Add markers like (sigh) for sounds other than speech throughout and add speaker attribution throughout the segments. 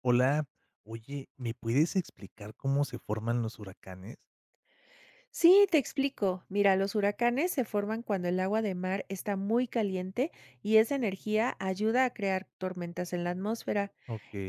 Speaker 1: Hola, oye, ¿me puedes explicar cómo se forman los huracanes?
Speaker 2: Sí, te explico. Mira, los huracanes se forman cuando el agua de mar está muy caliente y esa energía ayuda a crear tormentas en la atmósfera.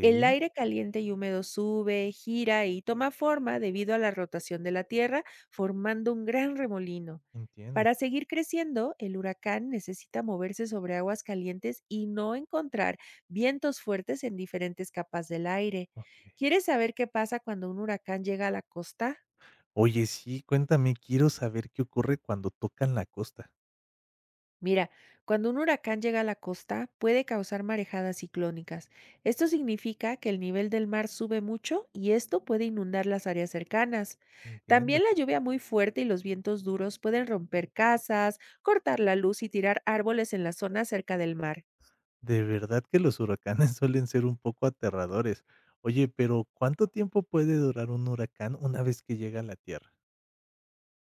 Speaker 2: El aire caliente y húmedo sube, gira y toma forma debido a la rotación de la Tierra, formando un gran remolino.
Speaker 1: entiendo,
Speaker 2: Para seguir creciendo, el huracán necesita moverse sobre aguas calientes y no encontrar vientos fuertes en diferentes capas del aire.
Speaker 1: okey.
Speaker 2: ¿Quieres saber qué pasa cuando un huracán llega a la costa?
Speaker 1: Oye, sí, cuéntame, quiero saber qué ocurre cuando tocan la costa.
Speaker 2: Mira, cuando un huracán llega a la costa, puede causar marejadas ciclónicas. Esto significa que el nivel del mar sube mucho y esto puede inundar las áreas cercanas.
Speaker 1: Entiendo.
Speaker 2: También la lluvia muy fuerte y los vientos duros pueden romper casas, cortar la luz y tirar árboles en las zonas cerca del mar.
Speaker 1: De verdad que los huracanes (laughs) suelen ser un poco aterradores. Oye, pero, ¿cuánto tiempo puede durar un huracán una vez que llega a la Tierra?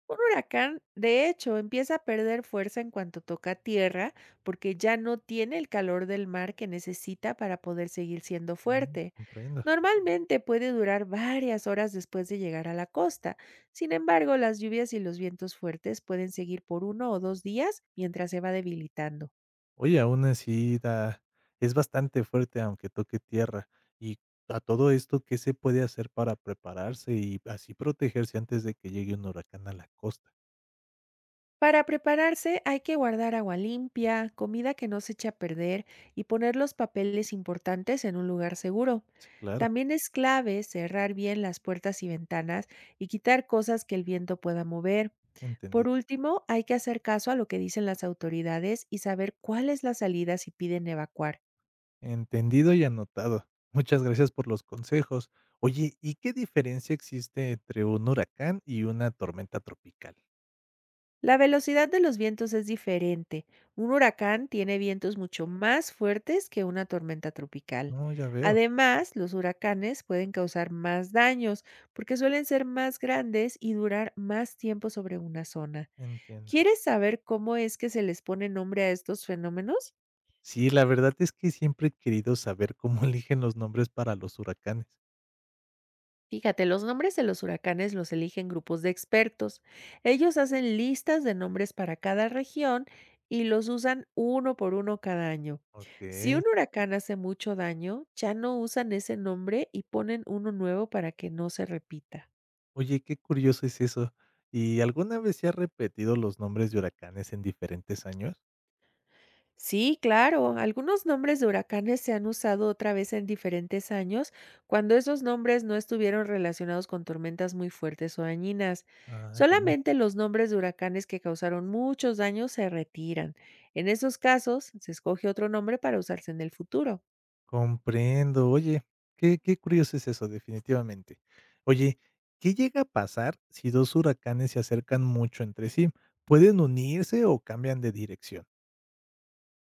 Speaker 2: Un huracán, de hecho, empieza a perder fuerza en cuanto toca tierra, porque ya no tiene el calor del mar que necesita para poder seguir siendo
Speaker 1: Mm,
Speaker 2: fuerte.
Speaker 1: comprendo.
Speaker 2: Normalmente puede durar varias horas después de llegar a la costa. Sin embargo, las lluvias y los vientos fuertes pueden seguir por uno o dos días mientras se va debilitando.
Speaker 1: Oye, aún así da es bastante fuerte, aunque toque tierra. Y a todo esto, ¿qué se puede hacer para prepararse y así protegerse antes de que llegue un huracán a la costa?
Speaker 2: Para prepararse hay que guardar agua limpia, comida que no se eche a perder y poner los papeles importantes en un lugar seguro.
Speaker 1: Sí, claro,
Speaker 2: También es clave cerrar bien las puertas y ventanas y quitar cosas que el viento pueda mover. Por
Speaker 1: entendido.
Speaker 2: último, hay que hacer caso a lo que dicen las autoridades y saber cuál es la salida si piden evacuar.
Speaker 1: Entendido y anotado. Muchas gracias por los consejos. Oye, ¿y qué diferencia existe entre un huracán y una tormenta tropical?
Speaker 2: La velocidad de los vientos es diferente. Un huracán tiene vientos mucho más fuertes que una tormenta tropical.
Speaker 1: No, ya veo,
Speaker 2: Además, los huracanes pueden causar más daños porque suelen ser más grandes y durar más tiempo sobre una zona.
Speaker 1: entiendo.
Speaker 2: ¿Quieres saber cómo es que se les pone nombre a estos fenómenos?
Speaker 1: Sí, la verdad es que siempre he querido saber cómo (laughs) eligen los nombres para los huracanes.
Speaker 2: Fíjate, los nombres de los huracanes los eligen grupos de expertos. Ellos hacen listas de nombres para cada región y los usan uno por uno cada año.
Speaker 1: Ok.
Speaker 2: Si un huracán hace mucho daño, ya no usan ese nombre y ponen uno nuevo para que no se repita.
Speaker 1: Oye, qué curioso es eso. ¿Y alguna vez se ha repetido los nombres de huracanes en diferentes años?
Speaker 2: Sí, claro. Algunos nombres de huracanes se han usado otra vez en diferentes años, cuando esos nombres no estuvieron relacionados con tormentas muy fuertes o dañinas.
Speaker 1: Ah, ya.
Speaker 2: Solamente los nombres de huracanes que causaron muchos daños se retiran. En esos casos, se escoge otro nombre para usarse en el futuro.
Speaker 1: Comprendo. Oye, qué curioso es eso, definitivamente. Oye, ¿qué llega a pasar si dos huracanes se acercan mucho entre sí? ¿Pueden unirse o cambian de dirección?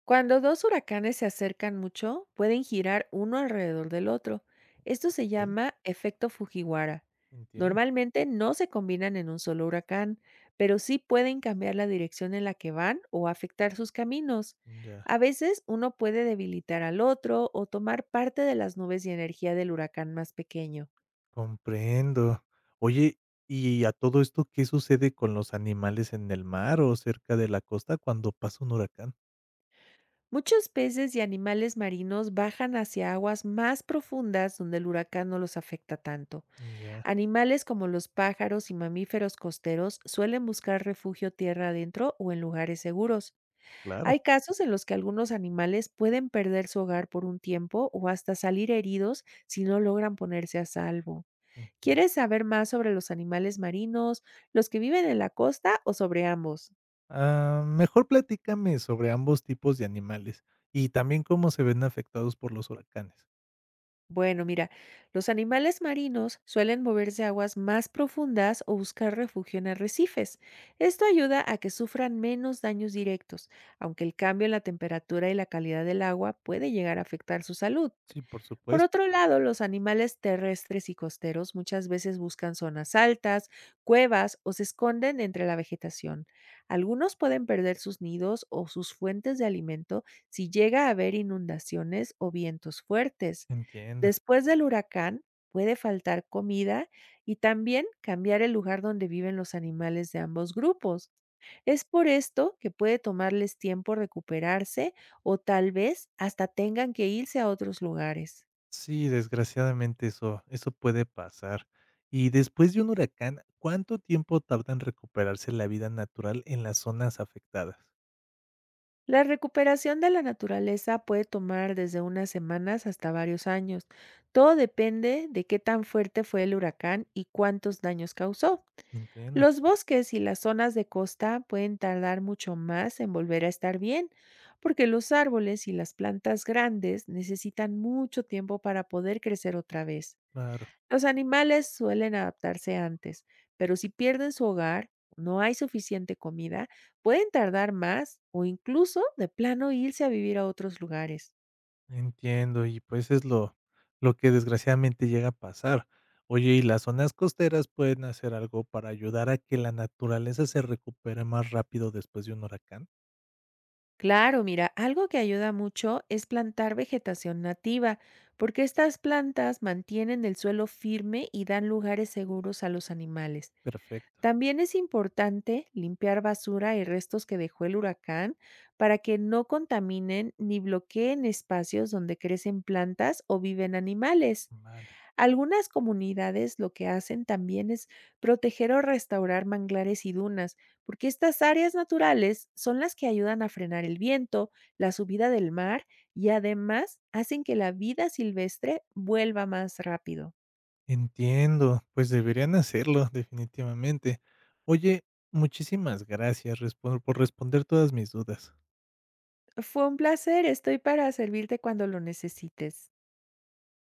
Speaker 2: Cuando dos huracanes se acercan mucho, pueden girar uno alrededor del otro. Esto se
Speaker 1: Ok,
Speaker 2: llama efecto Fujiwara.
Speaker 1: entiendo.
Speaker 2: Normalmente no se combinan en un solo huracán, pero sí pueden cambiar la dirección en la que van o afectar sus caminos.
Speaker 1: Ya.
Speaker 2: A veces uno puede debilitar al otro o tomar parte de las nubes y energía del huracán más pequeño.
Speaker 1: Comprendo. Oye, ¿y a todo esto qué sucede con los animales en el mar o cerca de la costa cuando pasa un huracán?
Speaker 2: Muchos peces y animales marinos bajan hacia aguas más profundas, donde el huracán no los afecta tanto.
Speaker 1: Ya,
Speaker 2: Animales como los pájaros y mamíferos costeros suelen buscar refugio tierra adentro o en lugares seguros. Hay
Speaker 1: claro.
Speaker 2: casos en los que algunos animales pueden perder su hogar por un tiempo o hasta salir heridos si no logran ponerse a salvo.
Speaker 1: Ok.
Speaker 2: ¿Quieres saber más sobre los animales marinos, los que viven en la costa o sobre ambos?
Speaker 1: Ah, mejor platícame sobre ambos tipos de animales y también cómo se ven afectados por los huracanes.
Speaker 2: Bueno, mira, los animales marinos suelen moverse a aguas más profundas o buscar refugio en arrecifes. Esto ayuda a que sufran menos daños directos, aunque el cambio en la temperatura y la calidad del agua puede llegar a afectar su salud.
Speaker 1: Sí, por
Speaker 2: Por
Speaker 1: supuesto,
Speaker 2: otro lado, los animales terrestres y costeros muchas veces buscan zonas altas, cuevas o se esconden entre la vegetación. Algunos pueden perder sus nidos o sus fuentes de alimento si llega a haber inundaciones o vientos fuertes.
Speaker 1: entiendo.
Speaker 2: Después del huracán, puede faltar comida y también cambiar el lugar donde viven los animales de ambos grupos. Es por esto que puede tomarles tiempo recuperarse o tal vez hasta tengan que irse a otros lugares.
Speaker 1: Sí, desgraciadamente eso, puede pasar. Y después de un huracán, ¿cuánto tiempo tarda en recuperarse la vida natural en las zonas afectadas?
Speaker 2: La recuperación de la naturaleza puede tomar desde unas semanas hasta varios años. Todo depende de qué tan fuerte fue el huracán y cuántos daños causó.
Speaker 1: Entiendo,
Speaker 2: Los bosques y las zonas de costa pueden tardar mucho más en volver a estar bien, porque los árboles y las plantas grandes necesitan mucho tiempo para poder crecer otra vez.
Speaker 1: claro.
Speaker 2: Los animales suelen adaptarse antes, pero si pierden su hogar, no hay suficiente comida, pueden tardar más o incluso de plano irse a vivir a otros lugares.
Speaker 1: Entiendo, y pues es lo que desgraciadamente llega a pasar. Oye, y las zonas costeras pueden hacer algo para ayudar a que la naturaleza se recupere más rápido después de un huracán.
Speaker 2: Claro, mira, algo que ayuda mucho es plantar vegetación nativa, porque estas plantas mantienen el suelo firme y dan lugares seguros a los animales.
Speaker 1: Perfecto,
Speaker 2: También es importante limpiar basura y restos que dejó el huracán para que no contaminen ni bloqueen espacios donde crecen plantas o viven animales.
Speaker 1: vale.
Speaker 2: Algunas comunidades lo que hacen también es proteger o restaurar manglares y dunas, porque estas áreas naturales son las que ayudan a frenar el viento, la subida del mar, y además hacen que la vida silvestre vuelva más rápido.
Speaker 1: Entiendo, pues deberían hacerlo, definitivamente. Oye, muchísimas gracias por responder todas mis dudas.
Speaker 2: Fue un placer, estoy para servirte cuando lo necesites.